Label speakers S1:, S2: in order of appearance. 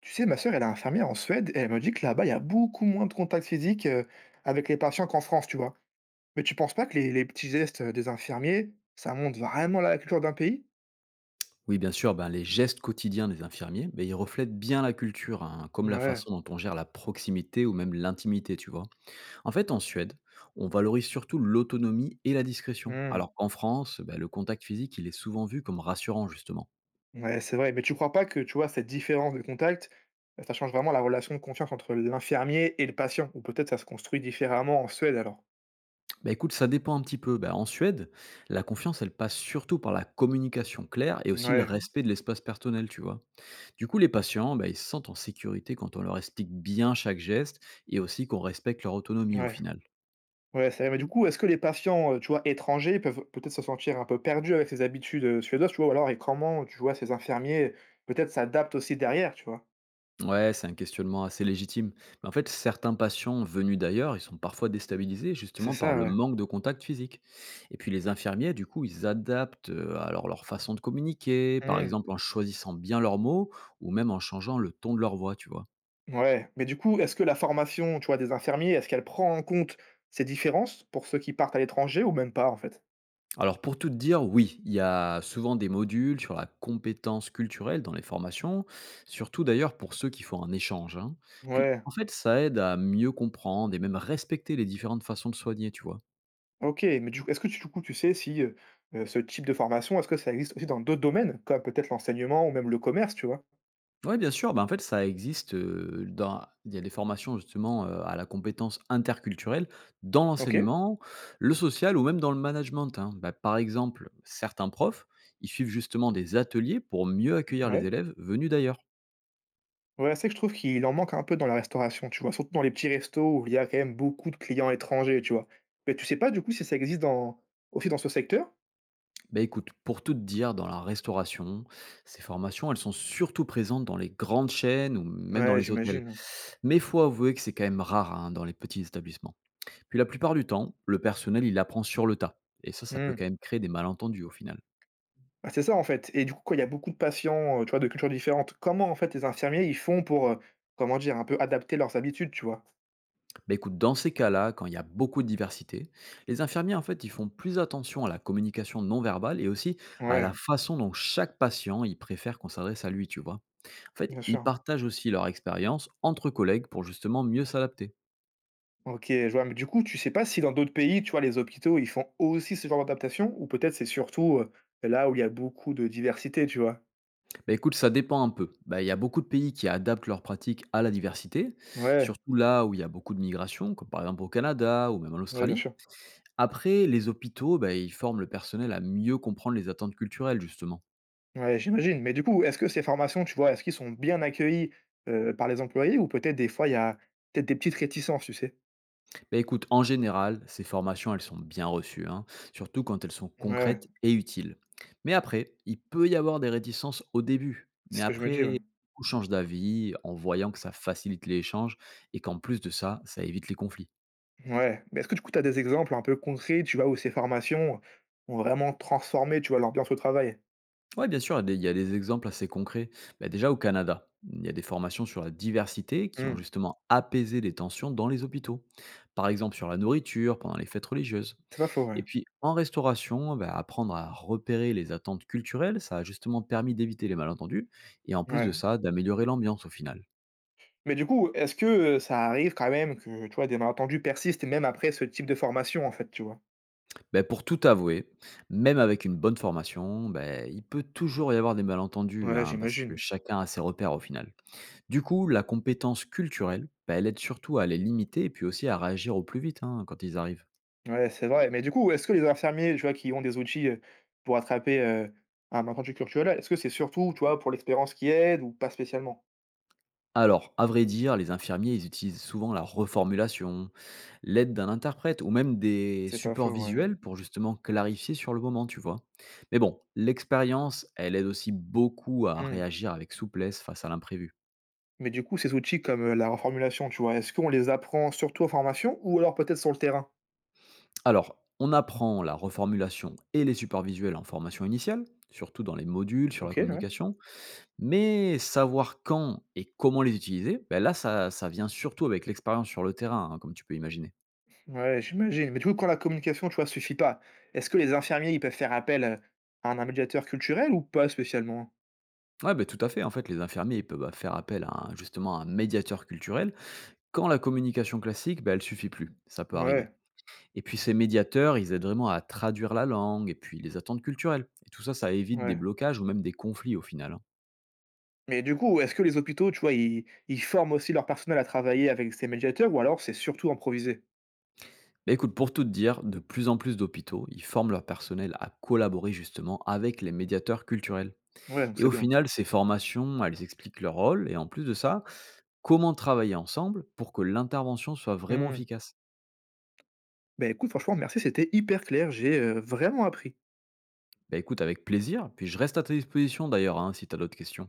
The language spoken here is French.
S1: Tu sais, ma sœur, elle est infirmière en Suède et elle me dit que là-bas, il y a beaucoup moins de contact physique avec les patients qu'en France, tu vois. Mais tu penses pas que les petits gestes des infirmiers, ça montre vraiment la culture d'un pays?
S2: Oui, bien sûr, ben, les gestes quotidiens des infirmiers, ben, ils reflètent bien la culture, hein, comme la
S1: Ouais.
S2: façon dont on gère la proximité ou même l'intimité, tu vois. En fait, en Suède, on valorise surtout l'autonomie et la discrétion,
S1: Hmm.
S2: alors qu'en France, ben, le contact physique, il est souvent vu comme rassurant, justement.
S1: Ouais, c'est vrai. Mais tu crois pas que, tu vois, cette différence de contact, ça change vraiment la relation de confiance entre l'infirmier et le patient? Ou peut-être ça se construit différemment en Suède alors?
S2: Ben, écoute, ça dépend un petit peu. Ben, en Suède, la confiance, elle passe surtout par la communication claire et aussi le
S1: Ouais,
S2: respect de l'espace personnel, tu vois. Du coup, les patients, ben, ils se sentent en sécurité quand on leur explique bien chaque geste et aussi qu'on respecte leur autonomie au
S1: ouais.
S2: final.
S1: Ouais, c'est vrai, mais du coup, est-ce que les patients, tu vois, étrangers peuvent peut-être se sentir un peu perdus avec ces habitudes, suédoises, tu vois? Ou alors et comment, tu vois, ces infirmiers, peut-être, s'adaptent aussi derrière, tu vois?
S2: Ouais, c'est un questionnement assez légitime. Mais en fait, certains patients venus d'ailleurs, ils sont parfois déstabilisés
S1: C'est
S2: justement par
S1: ça,
S2: le
S1: ouais.
S2: manque de contact physique. Et puis les infirmiers, du coup, ils adaptent alors leur façon de communiquer, par
S1: Mmh.
S2: exemple en choisissant bien leurs mots ou même en changeant le ton de leur voix, tu vois.
S1: Ouais, mais du coup, est-ce que la formation, tu vois, des infirmiers, est-ce qu'elle prend en compte ces différences pour ceux qui partent à l'étranger ou même pas, en fait?
S2: Alors pour tout te dire, oui, il y a souvent des modules sur la compétence culturelle dans les formations, surtout d'ailleurs pour ceux qui font un échange, hein. Puis
S1: Ouais,
S2: en fait, ça aide à mieux comprendre et même respecter les différentes façons de soigner, tu vois.
S1: OK, mais du coup est-ce que tu sais si, ce type de formation, est-ce que ça existe aussi dans d'autres domaines? Comme peut-être l'enseignement ou même le commerce, tu vois?
S2: Ouais, bien sûr. Bah, en fait, ça existe, dans il y a des formations justement, à la compétence interculturelle dans
S1: OK,
S2: l'enseignement, le social ou même dans le management, hein. Bah, par exemple, certains profs, ils suivent justement des ateliers pour mieux accueillir les
S1: ouais.
S2: élèves venus d'ailleurs.
S1: Ouais, c'est que je trouve qu'il en manque un peu dans la restauration, tu vois? Surtout dans les petits restos où il y a quand même beaucoup de clients étrangers, tu vois? Mais tu sais pas du coup si ça existe dans aussi dans ce secteur?
S2: Ben écoute, pour tout te dire, dans la restauration, ces formations, elles sont surtout présentes dans les grandes chaînes ou même dans
S1: Ouais,
S2: les hôtels.
S1: j'imagine.
S2: Mais il faut avouer que c'est quand même rare, hein, dans les petits établissements. Puis la plupart du temps, le personnel, il apprend sur le tas. Et ça peut
S1: Mmh.
S2: quand même créer des malentendus au final.
S1: Bah, c'est ça en fait et du coup quand il y a beaucoup de patients, tu vois, de cultures différentes, comment en fait les infirmiers ils font pour, comment dire? Un peu adapter leurs habitudes, tu vois?
S2: Bah écoute, dans ces cas-là, quand il y a beaucoup de diversité, les infirmiers, en fait, ils font plus attention à la communication non verbale et aussi à la
S1: Ouais,
S2: façon dont chaque patient, il préfère qu'on s'adresse à lui, tu vois. En fait,
S1: bien
S2: ils
S1: sûr.
S2: partagent aussi leur expérience entre collègues pour justement mieux s'adapter.
S1: OK, je vois, mais du coup tu sais pas si dans d'autres pays, tu vois, les hôpitaux, ils font aussi ce genre d'adaptation? Ou peut-être c'est surtout, là où il y a beaucoup de diversité, tu vois?
S2: Bah écoute, ça dépend un peu. Bah, il y a beaucoup de pays qui adaptent leurs pratiques à la diversité,
S1: Ouais,
S2: surtout là où il y a beaucoup de migration, comme par exemple au Canada ou même en
S1: ouais, bien
S2: Australie.
S1: sûr.
S2: Après, les hôpitaux, bah, ils forment le personnel à mieux comprendre les attentes culturelles, justement.
S1: Ouais, j'imagine. Mais du coup, est-ce que ces formations, tu vois, est-ce qu'ils sont bien accueillis, par les employés ou peut-être des fois il y a peut-être des petites réticences, tu sais?
S2: Bah, écoute, en général, ces formations, elles sont bien reçues, hein, surtout quand elles sont
S1: Ouais,
S2: concrètes et utiles. Mais après, il peut y avoir des réticences au début.
S1: c'est
S2: Mais
S1: ce que je me dis, ouais.
S2: après, on change d'avis en voyant que ça facilite les échanges et qu'en plus de ça, ça évite les conflits.
S1: Ouais, mais est-ce que du coup tu as des exemples un peu concrets, tu vois, où ces formations ont vraiment transformé, tu vois, l'ambiance au travail?
S2: Ouais, bien sûr, il y a des exemples assez concrets. Bah, déjà au Canada, il y a des formations sur la diversité qui ont
S1: Mmh,
S2: justement apaisé les tensions dans les hôpitaux. Par exemple sur la nourriture, pendant les fêtes religieuses.
S1: c'est pas faux, ouais.
S2: Et puis en restauration, bah, apprendre à repérer les attentes culturelles, ça a justement permis d'éviter les malentendus et en plus de
S1: Ouais.
S2: ça, d'améliorer l'ambiance au final.
S1: Mais du coup, est-ce que, ça arrive quand même que, tu vois, des malentendus persistent même après ce type de formation, en fait, tu vois?
S2: Bah, pour tout avouer, même avec une bonne formation, bah, il peut toujours y avoir des malentendus,
S1: Ouais,
S2: hein, parce que
S1: j'imagine.
S2: chacun a ses repères au final. Du coup, la compétence culturelle, bah, elle aide surtout à les limiter et puis aussi à réagir au plus vite, hein, quand ils arrivent.
S1: Ouais, c'est vrai. Mais du coup, est-ce que les infirmiers, tu vois, qui ont des outils, pour attraper, un malentendu culturel, est-ce que c'est surtout, tu vois, pour l'expérience qui aide ou pas spécialement?
S2: Alors, à vrai dire, les infirmiers, ils utilisent souvent la reformulation, l'aide d'un interprète ou même des
S1: C'est pas
S2: supports
S1: faux, ouais.
S2: visuels pour justement clarifier sur le moment, tu vois. Mais bon, l'expérience, elle aide aussi beaucoup à
S1: Mmh.
S2: réagir avec souplesse face à l'imprévu.
S1: Mais du coup, ces outils comme, la reformulation, tu vois, est-ce qu'on les apprend surtout en formation ou alors peut-être sur le terrain?
S2: Alors, on apprend la reformulation et les supports visuels en formation initiale, surtout dans les modules sur la
S1: OK, ouais.
S2: communication. Mais savoir quand et comment les utiliser, bah, là, ça vient surtout avec l'expérience sur le terrain, hein, comme tu peux imaginer.
S1: Ouais, j'imagine. Mais du coup, quand la communication, tu vois, suffit pas, est-ce que les infirmiers, ils peuvent faire appel, à un médiateur culturel ou pas spécialement?
S2: Ouais, ben tout à fait. En fait, les infirmiers, ils peuvent bah, faire appel justement à un médiateur culturel quand la communication classique, ben, elle suffit plus. Ça peut arriver.
S1: Ouais,
S2: Et puis ces médiateurs, ils aident vraiment à traduire la langue et puis les attentes culturelles. Et tout ça, ça évite des
S1: ouais.
S2: blocages ou même des conflits au final, hein.
S1: Mais du coup, est-ce que les hôpitaux, tu vois, ils forment aussi leur personnel à travailler avec ces médiateurs ou alors c'est surtout improvisé?
S2: Bah, écoute, pour tout te dire, de plus en plus d'hôpitaux, ils forment leur personnel à collaborer justement avec les médiateurs culturels.
S1: Ouais, donc
S2: Et
S1: c'est
S2: au
S1: bien.
S2: final, ces formations, elles expliquent leur rôle et en plus de ça, comment travailler ensemble pour que l'intervention soit vraiment
S1: Mmh.
S2: efficace.
S1: Bah, écoute, franchement merci, c'était hyper clair, j'ai, vraiment appris.
S2: Bah écoute, avec plaisir, puis je reste à ta disposition d'ailleurs, hein, si tu as d'autres questions.